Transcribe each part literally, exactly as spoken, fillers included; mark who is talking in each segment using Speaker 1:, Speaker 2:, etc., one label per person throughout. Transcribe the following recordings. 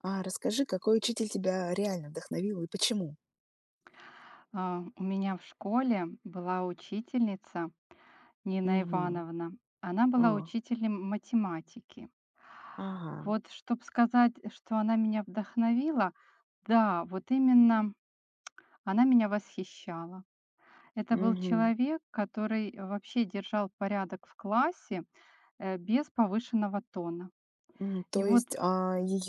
Speaker 1: А расскажи, какой учитель тебя реально вдохновил и почему?
Speaker 2: А, У меня в школе была учительница Нина
Speaker 1: Мгм.
Speaker 2: Ивановна. Она была
Speaker 1: О,
Speaker 2: учителем математики.
Speaker 1: ага.
Speaker 2: Вот, чтобы сказать, что она меня вдохновила, да, вот именно она меня восхищала. Это был
Speaker 1: Мгм.
Speaker 2: человек, который вообще держал порядок в классе э, без повышенного тона.
Speaker 1: Мгм.
Speaker 2: И
Speaker 1: То
Speaker 2: вот,
Speaker 1: есть, ее,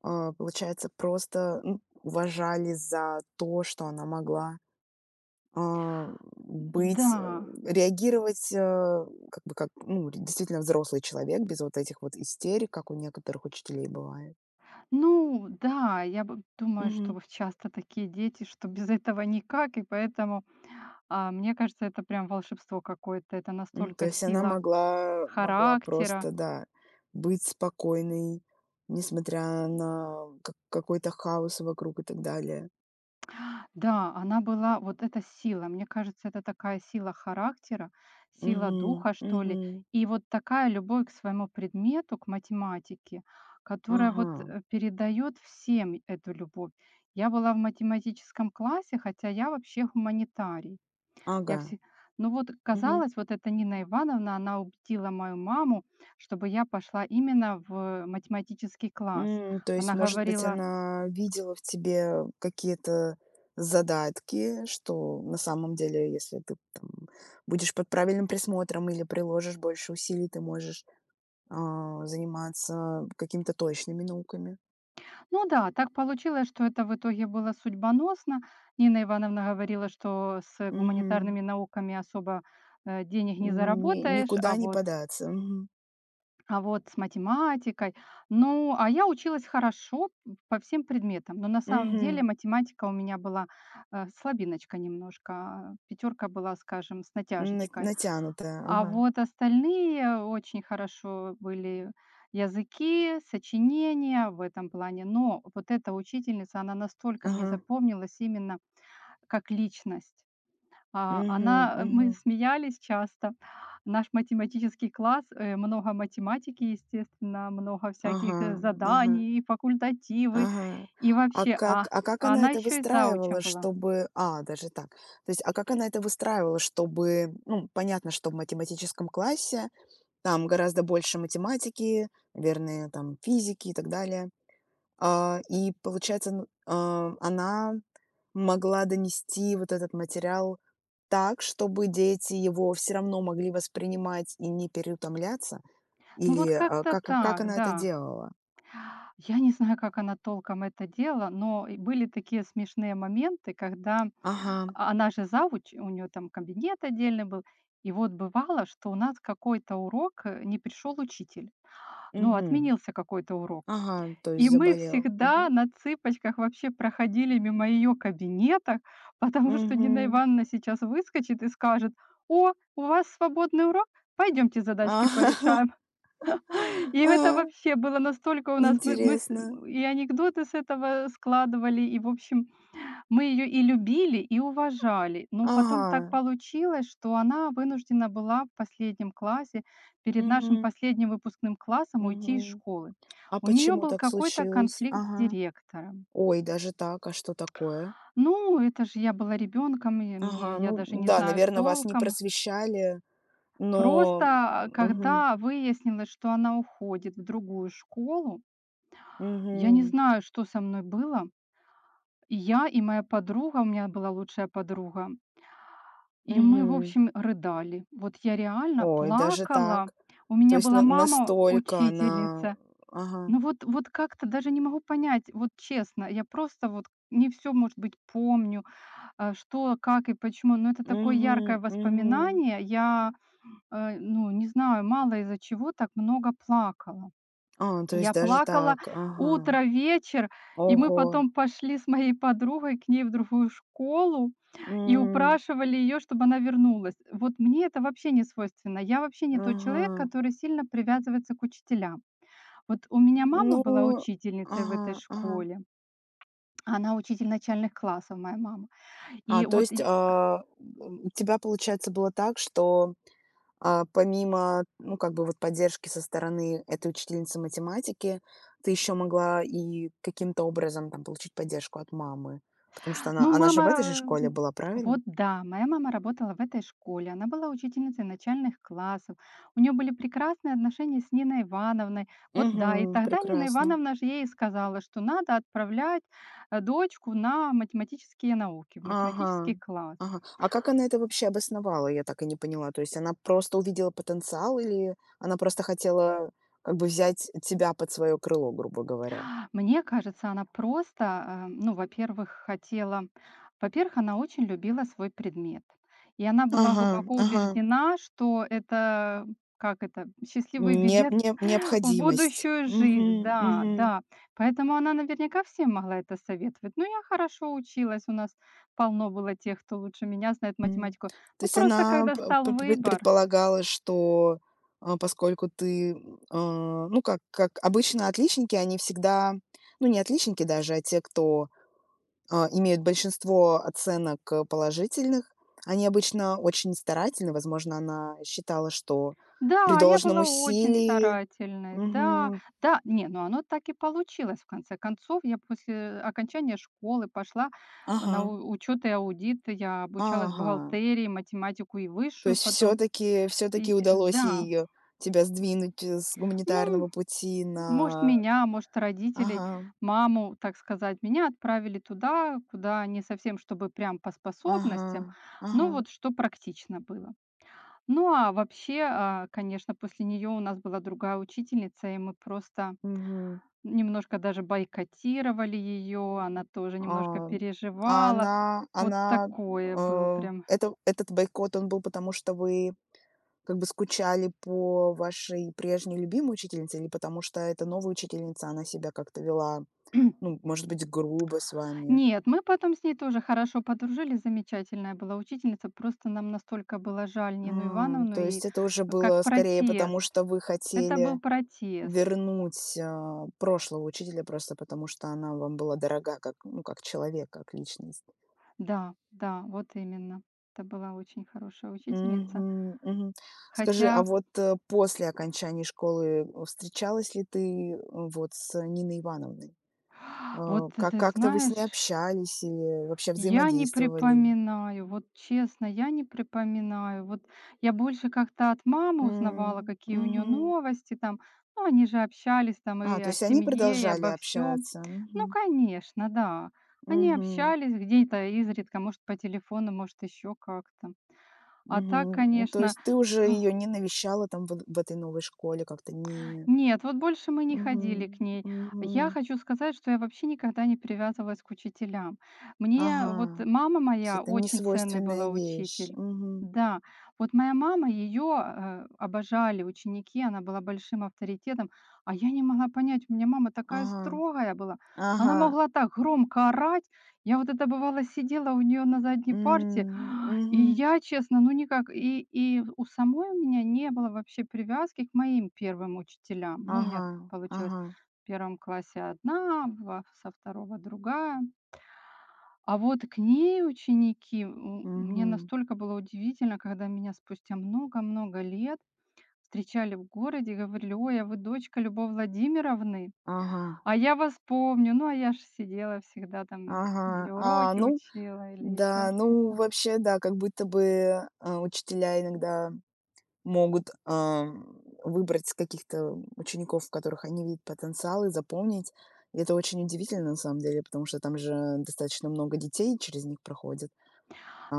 Speaker 1: получается, просто, ну, уважали за то, что она могла, а, быть,
Speaker 2: да,
Speaker 1: м, реагировать, а, как бы как, ну, действительно взрослый человек без вот этих вот истерик, как у некоторых учителей бывает.
Speaker 2: ну, да, я б- думаю, что
Speaker 1: Мгм.
Speaker 2: вот часто такие дети, что без этого никак, и поэтому А, мне кажется, это прям волшебство какое-то. Это
Speaker 1: М, то
Speaker 2: настолько
Speaker 1: есть она
Speaker 2: сила
Speaker 1: могла могла
Speaker 2: характера.
Speaker 1: просто, да, быть спокойной, несмотря на ка какой-то хаос вокруг и так далее.
Speaker 2: Да, она была вот эта сила. Мне кажется, это такая сила характера, сила
Speaker 1: Угу,
Speaker 2: духа, что ли.
Speaker 1: угу.
Speaker 2: И вот такая любовь к своему предмету, к математике, которая вот
Speaker 1: Ага,
Speaker 2: э, передает всем эту любовь. Я была в математическом классе, хотя я вообще гуманитарий. Я
Speaker 1: ага.
Speaker 2: все ну вот,
Speaker 1: Мгм.
Speaker 2: казалось, вот эта Нина Ивановна, она убедила мою маму, чтобы я пошла именно в математический класс.
Speaker 1: М, то есть,
Speaker 2: Она
Speaker 1: может быть,
Speaker 2: говорила:
Speaker 1: она видела в тебе какие-то задатки, что на самом деле, если ты там будешь под правильным присмотром или приложишь больше усилий, ты можешь, а, заниматься какими-то точными науками.
Speaker 2: "Ну да, так получилось, что это в итоге было судьбоносно". Нина Ивановна говорила, что с
Speaker 1: Угу.
Speaker 2: гуманитарными науками особо, э, денег не
Speaker 1: Ни
Speaker 2: заработаешь, а
Speaker 1: никуда не
Speaker 2: вот
Speaker 1: податься. Мгм.
Speaker 2: а вот с математикой. Ну, а я училась хорошо по всем предметам, но на самом деле
Speaker 1: Мгм.
Speaker 2: математика у меня была э, слабиночка немножко. Пятерка была, скажем, с
Speaker 1: На
Speaker 2: натяжечкой.
Speaker 1: натянутая.
Speaker 2: А
Speaker 1: Ага.
Speaker 2: вот остальные очень хорошо были языки, сочинения в этом плане. Но вот эта учительница, она настолько мне
Speaker 1: Ага.
Speaker 2: запомнилась именно как личность. А,
Speaker 1: Мгм.
Speaker 2: она, э,
Speaker 1: Мгм.
Speaker 2: мы смеялись часто. Наш математический класс, э, много математики, естественно, много
Speaker 1: Ага.
Speaker 2: всяких, э,
Speaker 1: Ага.
Speaker 2: заданий, и факультативы,
Speaker 1: Ага.
Speaker 2: и
Speaker 1: А
Speaker 2: вообще.
Speaker 1: как
Speaker 2: А
Speaker 1: а как
Speaker 2: а
Speaker 1: она
Speaker 2: она
Speaker 1: это
Speaker 2: еще и
Speaker 1: выстраивала,
Speaker 2: заучем была.
Speaker 1: чтобы а, даже так. То есть, а как она это выстраивала, чтобы, ну, понятно, что в математическом классе там гораздо больше математики, наверное, там физики и так далее. А, и получается, н а, она могла донести вот этот материал так, чтобы дети его все равно могли воспринимать и не переутомляться?
Speaker 2: Ну, вот
Speaker 1: Или, а,
Speaker 2: как-то
Speaker 1: как а как
Speaker 2: так,
Speaker 1: она это
Speaker 2: да.
Speaker 1: делала?
Speaker 2: Я не знаю, как она толком это делала, но и были такие смешные моменты, когда
Speaker 1: Ага,
Speaker 2: а она же зауч, у нее там кабинет отдельный был. И вот бывало, что у нас какой-то урок, э, не пришел учитель, но
Speaker 1: мгм,
Speaker 2: отменился какой-то урок.
Speaker 1: ага, то есть
Speaker 2: И мы
Speaker 1: заболел.
Speaker 2: всегда
Speaker 1: Мгм,
Speaker 2: на цыпочках вообще проходили мимо ее кабинета, потому что Нина
Speaker 1: мгм.
Speaker 2: Ивановна сейчас выскочит и скажет: "О, у вас свободный урок? Пойдемте
Speaker 1: А,
Speaker 2: задачки порешаем". И это
Speaker 1: а,
Speaker 2: вообще было настолько у нас мы мы с
Speaker 1: интересно.
Speaker 2: и анекдоты с этого складывали, и, в общем, мы ее и любили, и уважали, но потом так
Speaker 1: Ага,
Speaker 2: получилось, что она вынуждена была в последнем классе, перед нашим
Speaker 1: мгм,
Speaker 2: последним выпускным классом уйти из
Speaker 1: мгм.
Speaker 2: школы.
Speaker 1: А
Speaker 2: У нее
Speaker 1: почему
Speaker 2: был
Speaker 1: так
Speaker 2: какой-то
Speaker 1: случилось?
Speaker 2: конфликт с
Speaker 1: Ага.
Speaker 2: директором.
Speaker 1: Ой, даже так, а что такое?
Speaker 2: Ну, это же я была ребенком, и мне
Speaker 1: Ага, ну
Speaker 2: я даже не
Speaker 1: да,
Speaker 2: знаю
Speaker 1: наверное, вас не
Speaker 2: толком.
Speaker 1: просвещали,
Speaker 2: Просто,
Speaker 1: но
Speaker 2: а,
Speaker 1: мгм,
Speaker 2: когда выяснилось, что она уходит в другую школу, я не
Speaker 1: мгм,
Speaker 2: знаю, что со мной было. И я, и моя подруга, у меня была лучшая подруга, и мы, в
Speaker 1: мгм.
Speaker 2: общем, рыдали. Вот я реально
Speaker 1: Ой, даже
Speaker 2: плакала.
Speaker 1: так?
Speaker 2: У
Speaker 1: То
Speaker 2: меня
Speaker 1: есть на
Speaker 2: была мама
Speaker 1: настолько она,
Speaker 2: учительница.
Speaker 1: ага,
Speaker 2: Ну вот, вот как-то даже не могу понять, вот честно, я просто вот не все, может быть, помню, а, что, как и почему, но это такое яркое
Speaker 1: мгм, мгм.
Speaker 2: воспоминание. Я, э, ну, не знаю, мало из-за чего так много плакала.
Speaker 1: А, то есть
Speaker 2: Я
Speaker 1: даже
Speaker 2: плакала
Speaker 1: так, ага.
Speaker 2: утро, вечер, и мы
Speaker 1: Ого,
Speaker 2: потом пошли с моей подругой к ней в другую школу и
Speaker 1: м,
Speaker 2: упрашивали ее, чтобы она вернулась. Вот мне это вообще не свойственно. Я вообще не тот человек,
Speaker 1: ага.
Speaker 2: который сильно привязывается к учителям. Вот у меня
Speaker 1: Ну,
Speaker 2: мама была учительницей в
Speaker 1: ага,
Speaker 2: этой
Speaker 1: ага.
Speaker 2: школе. Она учитель начальных классов, моя мама.
Speaker 1: А,
Speaker 2: И
Speaker 1: то
Speaker 2: вот
Speaker 1: есть, а, м, у тебя, получается, было так, что... А, помимо, ну, как бы вот поддержки со стороны этой учительницы математики, ты еще могла и каким-то образом там получить поддержку от мамы, потому что она
Speaker 2: ну,
Speaker 1: она же
Speaker 2: мама,
Speaker 1: в этой же школе
Speaker 2: м,
Speaker 1: была, правильно?
Speaker 2: вот да, моя мама работала в этой школе. Она была учительницей начальных классов. У нее были прекрасные отношения с Ниной Ивановной. Вот да, и
Speaker 1: Мгм.
Speaker 2: тогда Нина
Speaker 1: Прекрасно.
Speaker 2: Ивановна же ей сказала, что надо отправлять э, дочку на математические науки, в
Speaker 1: Ага.
Speaker 2: математический класс.
Speaker 1: Ага. А как она это вообще обосновала? Я так и не поняла. То есть она просто увидела потенциал, или она просто хотела как бы взять тебя под свое крыло, грубо говоря?
Speaker 2: Мне кажется, она просто, а, ну, во-первых, хотела, во-первых, она очень любила свой предмет. И она была
Speaker 1: Ага,
Speaker 2: глубоко
Speaker 1: ага.
Speaker 2: убеждена, что это, как это, счастливый
Speaker 1: Не
Speaker 2: билет
Speaker 1: не
Speaker 2: в
Speaker 1: необходимость.
Speaker 2: будущую жизнь.
Speaker 1: Мгм,
Speaker 2: Да,
Speaker 1: мгм.
Speaker 2: да. Поэтому она наверняка всем могла это советовать. Ну, я хорошо училась, у нас полно было тех, кто лучше меня знает
Speaker 1: М.
Speaker 2: математику.
Speaker 1: То
Speaker 2: Ну,
Speaker 1: есть
Speaker 2: просто
Speaker 1: она
Speaker 2: когда
Speaker 1: п п
Speaker 2: стал
Speaker 1: пре
Speaker 2: выбор,
Speaker 1: предполагала, что, а, поскольку ты, м, а, ну, как как обычно отличники, они всегда... Ну, не отличники даже, а те, кто, а, имеют большинство оценок, э, положительных, они обычно очень старательны. Возможно, она считала, что при
Speaker 2: да, я
Speaker 1: должном
Speaker 2: была очень
Speaker 1: усилии...
Speaker 2: старательной, да.
Speaker 1: Мгм.
Speaker 2: Да, не, ну оно так и получилось, в конце концов. Я после окончания школы пошла на
Speaker 1: Ага,
Speaker 2: у- учет и аудит, я обучалась
Speaker 1: ага.
Speaker 2: бухгалтерии, математику и
Speaker 1: То
Speaker 2: высшую
Speaker 1: есть все
Speaker 2: потом.
Speaker 1: таки все таки
Speaker 2: И, э,
Speaker 1: удалось
Speaker 2: да,
Speaker 1: ей, э, тебя сдвинуть, э, с
Speaker 2: ну,
Speaker 1: гуманитарного пути
Speaker 2: может,
Speaker 1: на...
Speaker 2: меня, может, родителей,
Speaker 1: Ага.
Speaker 2: маму, так сказать, меня отправили туда, куда не совсем, чтобы прям по
Speaker 1: Ага,
Speaker 2: способностям, но
Speaker 1: ага,
Speaker 2: вот что практично было. Ну, а вообще, а, конечно, после нее у нас была другая учительница, и мы просто
Speaker 1: мгм.
Speaker 2: немножко даже бойкотировали ее, она тоже немножко
Speaker 1: А, а
Speaker 2: переживала.
Speaker 1: она
Speaker 2: Вот
Speaker 1: она,
Speaker 2: такое было
Speaker 1: э,
Speaker 2: прям.
Speaker 1: это этот бойкот, он был потому, что вы как бы скучали по вашей прежней любимой учительнице, или потому что эта новая учительница, она себя как-то вела, ну, может быть, грубо с вами?
Speaker 2: Нет, мы потом с ней тоже хорошо подружились, замечательная была учительница, просто нам настолько было жаль Нину
Speaker 1: А,
Speaker 2: Ивановну,
Speaker 1: то
Speaker 2: и
Speaker 1: есть это уже
Speaker 2: э, как
Speaker 1: было скорее потому,
Speaker 2: протест.
Speaker 1: что вы
Speaker 2: Это был
Speaker 1: хотели
Speaker 2: протест.
Speaker 1: вернуть, а, прошлого учителя просто потому, что она вам была дорога как, ну, как человек, как личность.
Speaker 2: Да, да, вот именно. Это была очень хорошая учительница.
Speaker 1: Мгм, мгм. Скажи, а
Speaker 2: Хотя,
Speaker 1: вот, э, после окончания школы э, встречалась ли ты, э, вот с Ниной Ивановной?
Speaker 2: вот
Speaker 1: Э, как
Speaker 2: ты
Speaker 1: как-то вы с ней
Speaker 2: знаешь,
Speaker 1: общались, или вообще
Speaker 2: я не
Speaker 1: взаимодействовали ли?
Speaker 2: припоминаю, вот честно, я не припоминаю. Вот я больше как-то от мамы узнавала,
Speaker 1: М,
Speaker 2: какие у нее
Speaker 1: мгм.
Speaker 2: новости там. Ну, они же общались там
Speaker 1: А,
Speaker 2: и
Speaker 1: то
Speaker 2: о
Speaker 1: есть они
Speaker 2: семье, и
Speaker 1: продолжали
Speaker 2: обо всем.
Speaker 1: общаться.
Speaker 2: Ну,
Speaker 1: Мгм,
Speaker 2: конечно, да. Они
Speaker 1: мгм,
Speaker 2: общались где-то изредка, может, по телефону, может, еще как-то. А так,
Speaker 1: мгм. Ну, то
Speaker 2: конечно
Speaker 1: есть ты уже ее не навещала там, в в этой новой школе, как-то не...
Speaker 2: нет, вот больше мы не
Speaker 1: Мгм,
Speaker 2: ходили к ней.
Speaker 1: мгм.
Speaker 2: Я хочу сказать, что я вообще никогда не привязывалась к учителям. Мне вот
Speaker 1: Ага.
Speaker 2: мама
Speaker 1: То есть
Speaker 2: моя
Speaker 1: это
Speaker 2: очень ценный была
Speaker 1: несвойственная вещь.
Speaker 2: учитель.
Speaker 1: Мгм.
Speaker 2: Да, вот моя мама, ее обожали ученики, она была большим авторитетом, а я не могла понять, у меня мама такая
Speaker 1: Ага,
Speaker 2: строгая была, она
Speaker 1: ага.
Speaker 2: могла так громко орать, я вот это бывало сидела у нее на задней парте,
Speaker 1: М,
Speaker 2: и
Speaker 1: мгм.
Speaker 2: я, честно, ну никак. И и у самой у меня не было вообще привязки к моим первым учителям. Ну, у
Speaker 1: Ага,
Speaker 2: меня получилось
Speaker 1: ага,
Speaker 2: в первом классе одна, во со второго другая. А вот к ней ученики, м, мне
Speaker 1: мгм.
Speaker 2: настолько было удивительно, когда меня спустя много-много лет встречали в городе и говорили: "Ой, а вы дочка Любовь Владимировны?
Speaker 1: Ага,
Speaker 2: А я вас помню". Ну, а я ж сидела всегда там или
Speaker 1: ага. А,
Speaker 2: уроки
Speaker 1: ну
Speaker 2: учила, или еще
Speaker 1: да, ну
Speaker 2: что-то.
Speaker 1: вообще, да, как будто бы, а, учителя иногда могут, ам, выбрать каких-то учеников, в которых они видят потенциал, и запомнить. И это очень удивительно на самом деле, потому что там же достаточно много детей через них проходит,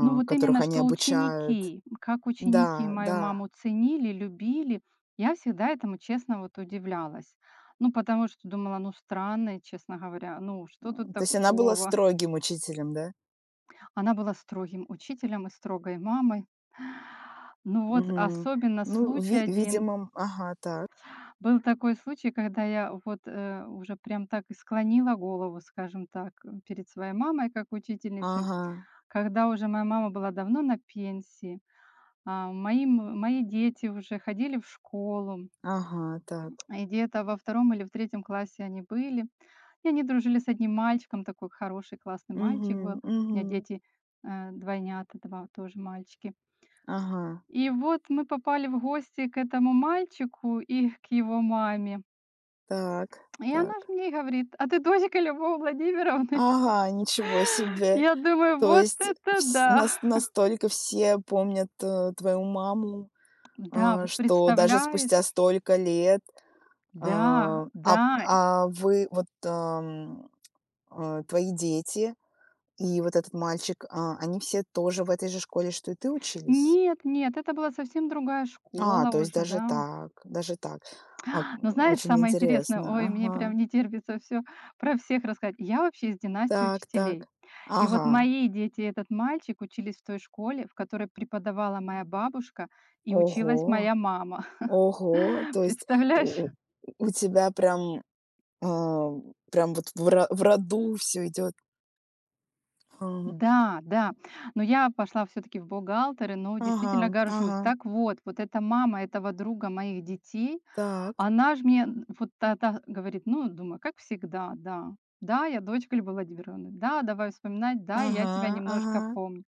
Speaker 2: Ну, вот
Speaker 1: которых
Speaker 2: именно,
Speaker 1: они
Speaker 2: что
Speaker 1: обучают.
Speaker 2: ученики, как ученики
Speaker 1: Да,
Speaker 2: мою
Speaker 1: да.
Speaker 2: маму ценили, любили, я всегда этому, честно, вот удивлялась. Ну, потому что думала, ну, странно, честно говоря, ну, что тут
Speaker 1: М, то есть она была
Speaker 2: такого?
Speaker 1: строгим учителем, да?
Speaker 2: Она была строгим учителем и строгой мамой. Ну, вот
Speaker 1: Мгм.
Speaker 2: особенно
Speaker 1: Ну,
Speaker 2: случай
Speaker 1: ви
Speaker 2: один.
Speaker 1: видимо, ага, так.
Speaker 2: Был такой случай, когда я вот, э, уже прям так и склонила голову, скажем так, э, перед своей мамой как учительницей.
Speaker 1: Ага,
Speaker 2: Когда уже моя мама была давно на пенсии, а, мои м мои дети уже ходили в школу,
Speaker 1: ага, так.
Speaker 2: и где-то во втором или в третьем классе они были. И они дружили с одним мальчиком, такой хороший, классный
Speaker 1: Мгм,
Speaker 2: мальчик был. У меня
Speaker 1: мгм.
Speaker 2: дети, э, двойнята, два тоже мальчики.
Speaker 1: Ага,
Speaker 2: И вот мы попали в гости к этому мальчику и к его маме.
Speaker 1: так,
Speaker 2: И она ж
Speaker 1: так.
Speaker 2: мне и говорит: "А ты дочка Любовы Владимировны?"
Speaker 1: Ага, ничего себе.
Speaker 2: Я думаю:
Speaker 1: То
Speaker 2: "Вот
Speaker 1: есть
Speaker 2: это
Speaker 1: вс
Speaker 2: да!"
Speaker 1: нас настолько все помнят, э, твою маму,
Speaker 2: Да,
Speaker 1: э,
Speaker 2: вот
Speaker 1: что даже спустя
Speaker 2: представляешь?
Speaker 1: столько лет, э,
Speaker 2: Да,
Speaker 1: а
Speaker 2: да.
Speaker 1: а вы вот, эм, э, твои дети и вот этот мальчик, а, они все тоже в этой же школе, что и ты, учились?
Speaker 2: Нет, нет, это была совсем другая
Speaker 1: А,
Speaker 2: школа
Speaker 1: то есть
Speaker 2: уже,
Speaker 1: даже
Speaker 2: да.
Speaker 1: так, даже так. А,
Speaker 2: Но
Speaker 1: м,
Speaker 2: знаешь,
Speaker 1: очень
Speaker 2: самое интересное,
Speaker 1: интересно.
Speaker 2: ой, мне
Speaker 1: Ага.
Speaker 2: прям не терпится все про всех рассказать. Я вообще из династии
Speaker 1: Так, так.
Speaker 2: учителей. И вот
Speaker 1: Ага.
Speaker 2: мои дети и этот мальчик учились в той школе, в которой преподавала моя бабушка и училась
Speaker 1: Ого,
Speaker 2: моя мама.
Speaker 1: ого. То есть
Speaker 2: Представляешь?
Speaker 1: у у у тебя прям, а, прям вот в ро в роду все идет. Ага,
Speaker 2: Да, да. Но я пошла все таки в бухгалтеры, но
Speaker 1: ага,
Speaker 2: действительно
Speaker 1: ага.
Speaker 2: горжусь. Так вот, вот эта мама этого друга моих детей,
Speaker 1: Так.
Speaker 2: она ж мне н вот тогда говорит: "Ну, думаю, как всегда, да. Да, я дочка Любы Владимировны. Да, давай вспоминать. Да, я тебя
Speaker 1: Ага,
Speaker 2: немножко
Speaker 1: ага.
Speaker 2: помню".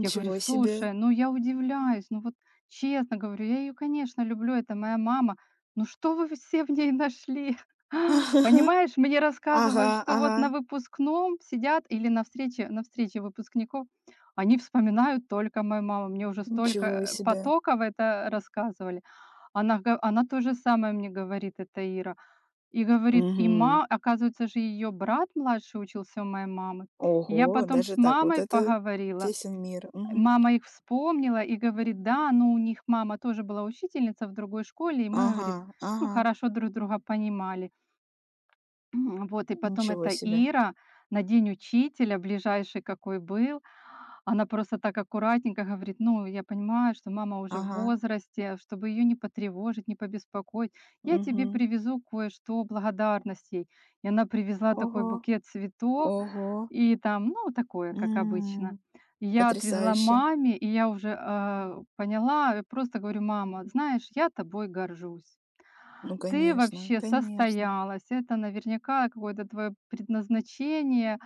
Speaker 2: Я говорю:
Speaker 1: себе.
Speaker 2: "Слушай, ну я удивляюсь, ну вот честно говорю, я ее, конечно, люблю, это моя мама, ну что вы все в ней нашли?" Понимаешь, мне
Speaker 1: Ага,
Speaker 2: рассказывают, что вот на
Speaker 1: ага.
Speaker 2: выпускном сидят или на встрече на встрече выпускников, они вспоминают только мою маму. Мне уже столько,
Speaker 1: Ничего
Speaker 2: э,
Speaker 1: себе.
Speaker 2: потоков это рассказывали. Она га она то же самое мне говорит, эта Ира. И говорит, и
Speaker 1: Мгм.
Speaker 2: ма оказывается же, ее брат младший учился у моей мамы. И я
Speaker 1: Ого,
Speaker 2: потом с
Speaker 1: даже так. Вот
Speaker 2: мамой
Speaker 1: это
Speaker 2: поговорила,
Speaker 1: тесен мир. Мгм.
Speaker 2: мама их вспомнила и говорит: "Да, ну, у них мама тоже была учительница в другой школе, и мы,
Speaker 1: Ага,
Speaker 2: говорит, ну,
Speaker 1: ага.
Speaker 2: хорошо друг друга понимали". Вот, и потом
Speaker 1: Ничего
Speaker 2: эта
Speaker 1: себе.
Speaker 2: Ира на день учителя, ближайший какой был, она просто так аккуратненько говорит: "Ну, я понимаю, что мама уже в
Speaker 1: Ага.
Speaker 2: возрасте, чтобы ее не потревожить, не побеспокоить, я тебе
Speaker 1: Мгм.
Speaker 2: привезу кое-что благодарностей". И она привезла такой
Speaker 1: Ого,
Speaker 2: букет цветов.
Speaker 1: ого.
Speaker 2: И там, ну, такое, как обычно.
Speaker 1: М.
Speaker 2: Я отвезла
Speaker 1: Потрясающе.
Speaker 2: маме, и я уже, а, поняла, просто говорю: "Мама, знаешь, я тобой горжусь.
Speaker 1: Ну,
Speaker 2: Ты
Speaker 1: конечно,
Speaker 2: вообще
Speaker 1: конечно.
Speaker 2: состоялась. Это наверняка какое-то твое предназначение,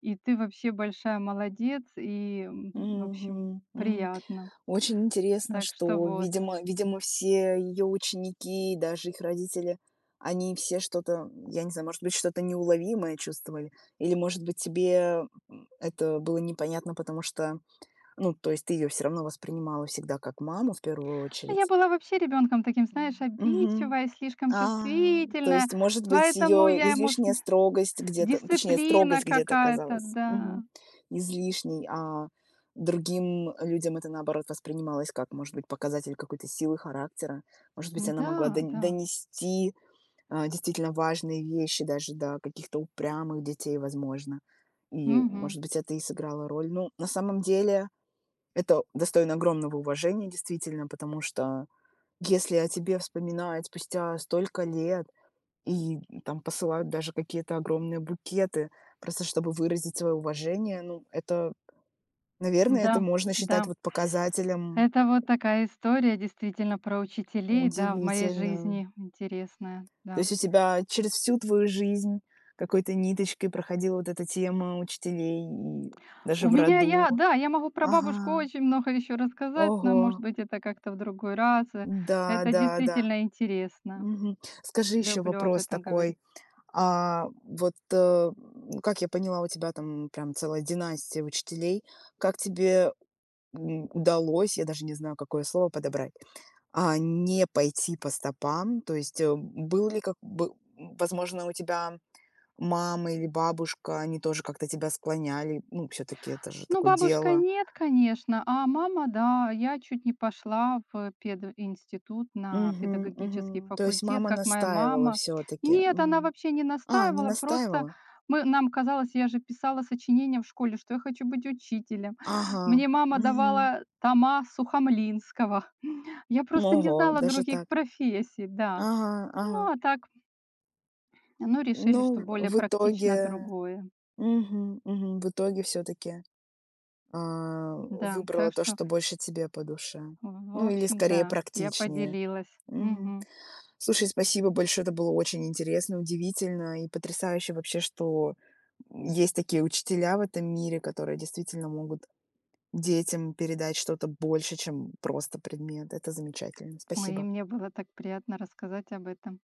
Speaker 2: и ты вообще большая молодец". И, м, в общем,
Speaker 1: Мгм, мгм.
Speaker 2: приятно.
Speaker 1: Очень интересно,
Speaker 2: Так что
Speaker 1: что,
Speaker 2: вот.
Speaker 1: видимо видимо, все ее ученики, даже их родители, они все что-то, я не знаю, может быть, что-то неуловимое чувствовали? Или, может быть, тебе, м, это было непонятно, потому что, ну, то есть ты ее все равно воспринимала всегда как маму в первую
Speaker 2: Ну, я
Speaker 1: очередь?
Speaker 2: была вообще ребенком таким,
Speaker 1: М.
Speaker 2: знаешь,
Speaker 1: Мгм.
Speaker 2: обидчивая, слишком
Speaker 1: А, то
Speaker 2: чувствительная,
Speaker 1: есть, может быть,
Speaker 2: поэтому
Speaker 1: ее
Speaker 2: я, может,
Speaker 1: излишняя
Speaker 2: не-
Speaker 1: строгость где-то, точнее,
Speaker 2: дисциплина
Speaker 1: строгость где-то
Speaker 2: какая-то,
Speaker 1: казалась,
Speaker 2: да.
Speaker 1: мгм, излишней, а другим людям это, наоборот, воспринималось как, может быть, показатель какой-то силы характера. Может быть, она
Speaker 2: Да,
Speaker 1: могла дон
Speaker 2: да.
Speaker 1: донести, а, действительно важные вещи даже до каких-то упрямых детей, возможно. И,
Speaker 2: Мгм.
Speaker 1: может быть, это и сыграло роль. Ну, на самом деле, это достойно огромного уважения, действительно, потому что если о тебе вспоминают спустя столько лет, и там посылают даже какие-то огромные букеты, просто чтобы выразить свое уважение. Ну, это, наверное,
Speaker 2: Да,
Speaker 1: это можно считать
Speaker 2: да.
Speaker 1: вот показателем.
Speaker 2: Это вот такая история действительно про учителей, да, в моей
Speaker 1: Удивительно.
Speaker 2: жизни интересная,
Speaker 1: То
Speaker 2: да.
Speaker 1: есть у тебя через всю твою жизнь какой-то ниточкой проходила вот эта тема учителей, и даже
Speaker 2: У
Speaker 1: в
Speaker 2: меня я,
Speaker 1: роду.
Speaker 2: да, я могу про бабушку
Speaker 1: Ага.
Speaker 2: очень много еще рассказать, но, может
Speaker 1: Ого.
Speaker 2: быть, это как-то в другой раз. Э,
Speaker 1: Да,
Speaker 2: Это
Speaker 1: да, да.
Speaker 2: действительно интересно.
Speaker 1: Мгм. Скажи еще
Speaker 2: Люблю об
Speaker 1: вопрос
Speaker 2: этом говорить.
Speaker 1: такой. А вот, э, м, как я поняла, у тебя там прям целая династия учителей. Как тебе м, удалось, я даже не знаю, какое слово подобрать, а, не пойти по стопам. То есть, э, был ли как бы м, возможно, у тебя мама или бабушка, они тоже как-то тебя склоняли? Ну, все таки это же
Speaker 2: Ну,
Speaker 1: такое
Speaker 2: бабушка
Speaker 1: дело.
Speaker 2: нет, конечно, а мама, да, я чуть не пошла в пединститут на
Speaker 1: Мгм,
Speaker 2: педагогический
Speaker 1: мгм. То есть
Speaker 2: факультет,
Speaker 1: мама
Speaker 2: как моя
Speaker 1: настаивала
Speaker 2: мама.
Speaker 1: все таки...
Speaker 2: Нет, она вообще не
Speaker 1: А, не
Speaker 2: настаивала, просто
Speaker 1: настаивала?
Speaker 2: мы, нам казалось, я же писала сочинение в школе, что я хочу быть учителем.
Speaker 1: Ага.
Speaker 2: Мне мама
Speaker 1: Мгм.
Speaker 2: давала тома Сухомлинского. Я просто не
Speaker 1: Ого,
Speaker 2: знала
Speaker 1: даже
Speaker 2: других
Speaker 1: так.
Speaker 2: профессий, да.
Speaker 1: Ага, ага.
Speaker 2: Ну, а так, ну, решили,
Speaker 1: Ну,
Speaker 2: что более
Speaker 1: в
Speaker 2: практично
Speaker 1: итоге,
Speaker 2: другое.
Speaker 1: мгм, мгм. В итоге все таки... А,
Speaker 2: Да,
Speaker 1: выбрала
Speaker 2: так
Speaker 1: то,
Speaker 2: что
Speaker 1: что больше тебе по душе.
Speaker 2: В в
Speaker 1: Ну, или
Speaker 2: общем,
Speaker 1: скорее
Speaker 2: да, я
Speaker 1: практичнее.
Speaker 2: поделилась.
Speaker 1: Мгм.
Speaker 2: Мгм.
Speaker 1: Слушай, спасибо большое. Это было очень интересно, удивительно и потрясающе вообще, что есть такие учителя в этом мире, которые действительно могут детям передать что-то больше, чем просто предмет. Это замечательно.
Speaker 2: Ой, и
Speaker 1: Спасибо.
Speaker 2: мне было так приятно рассказать об этом.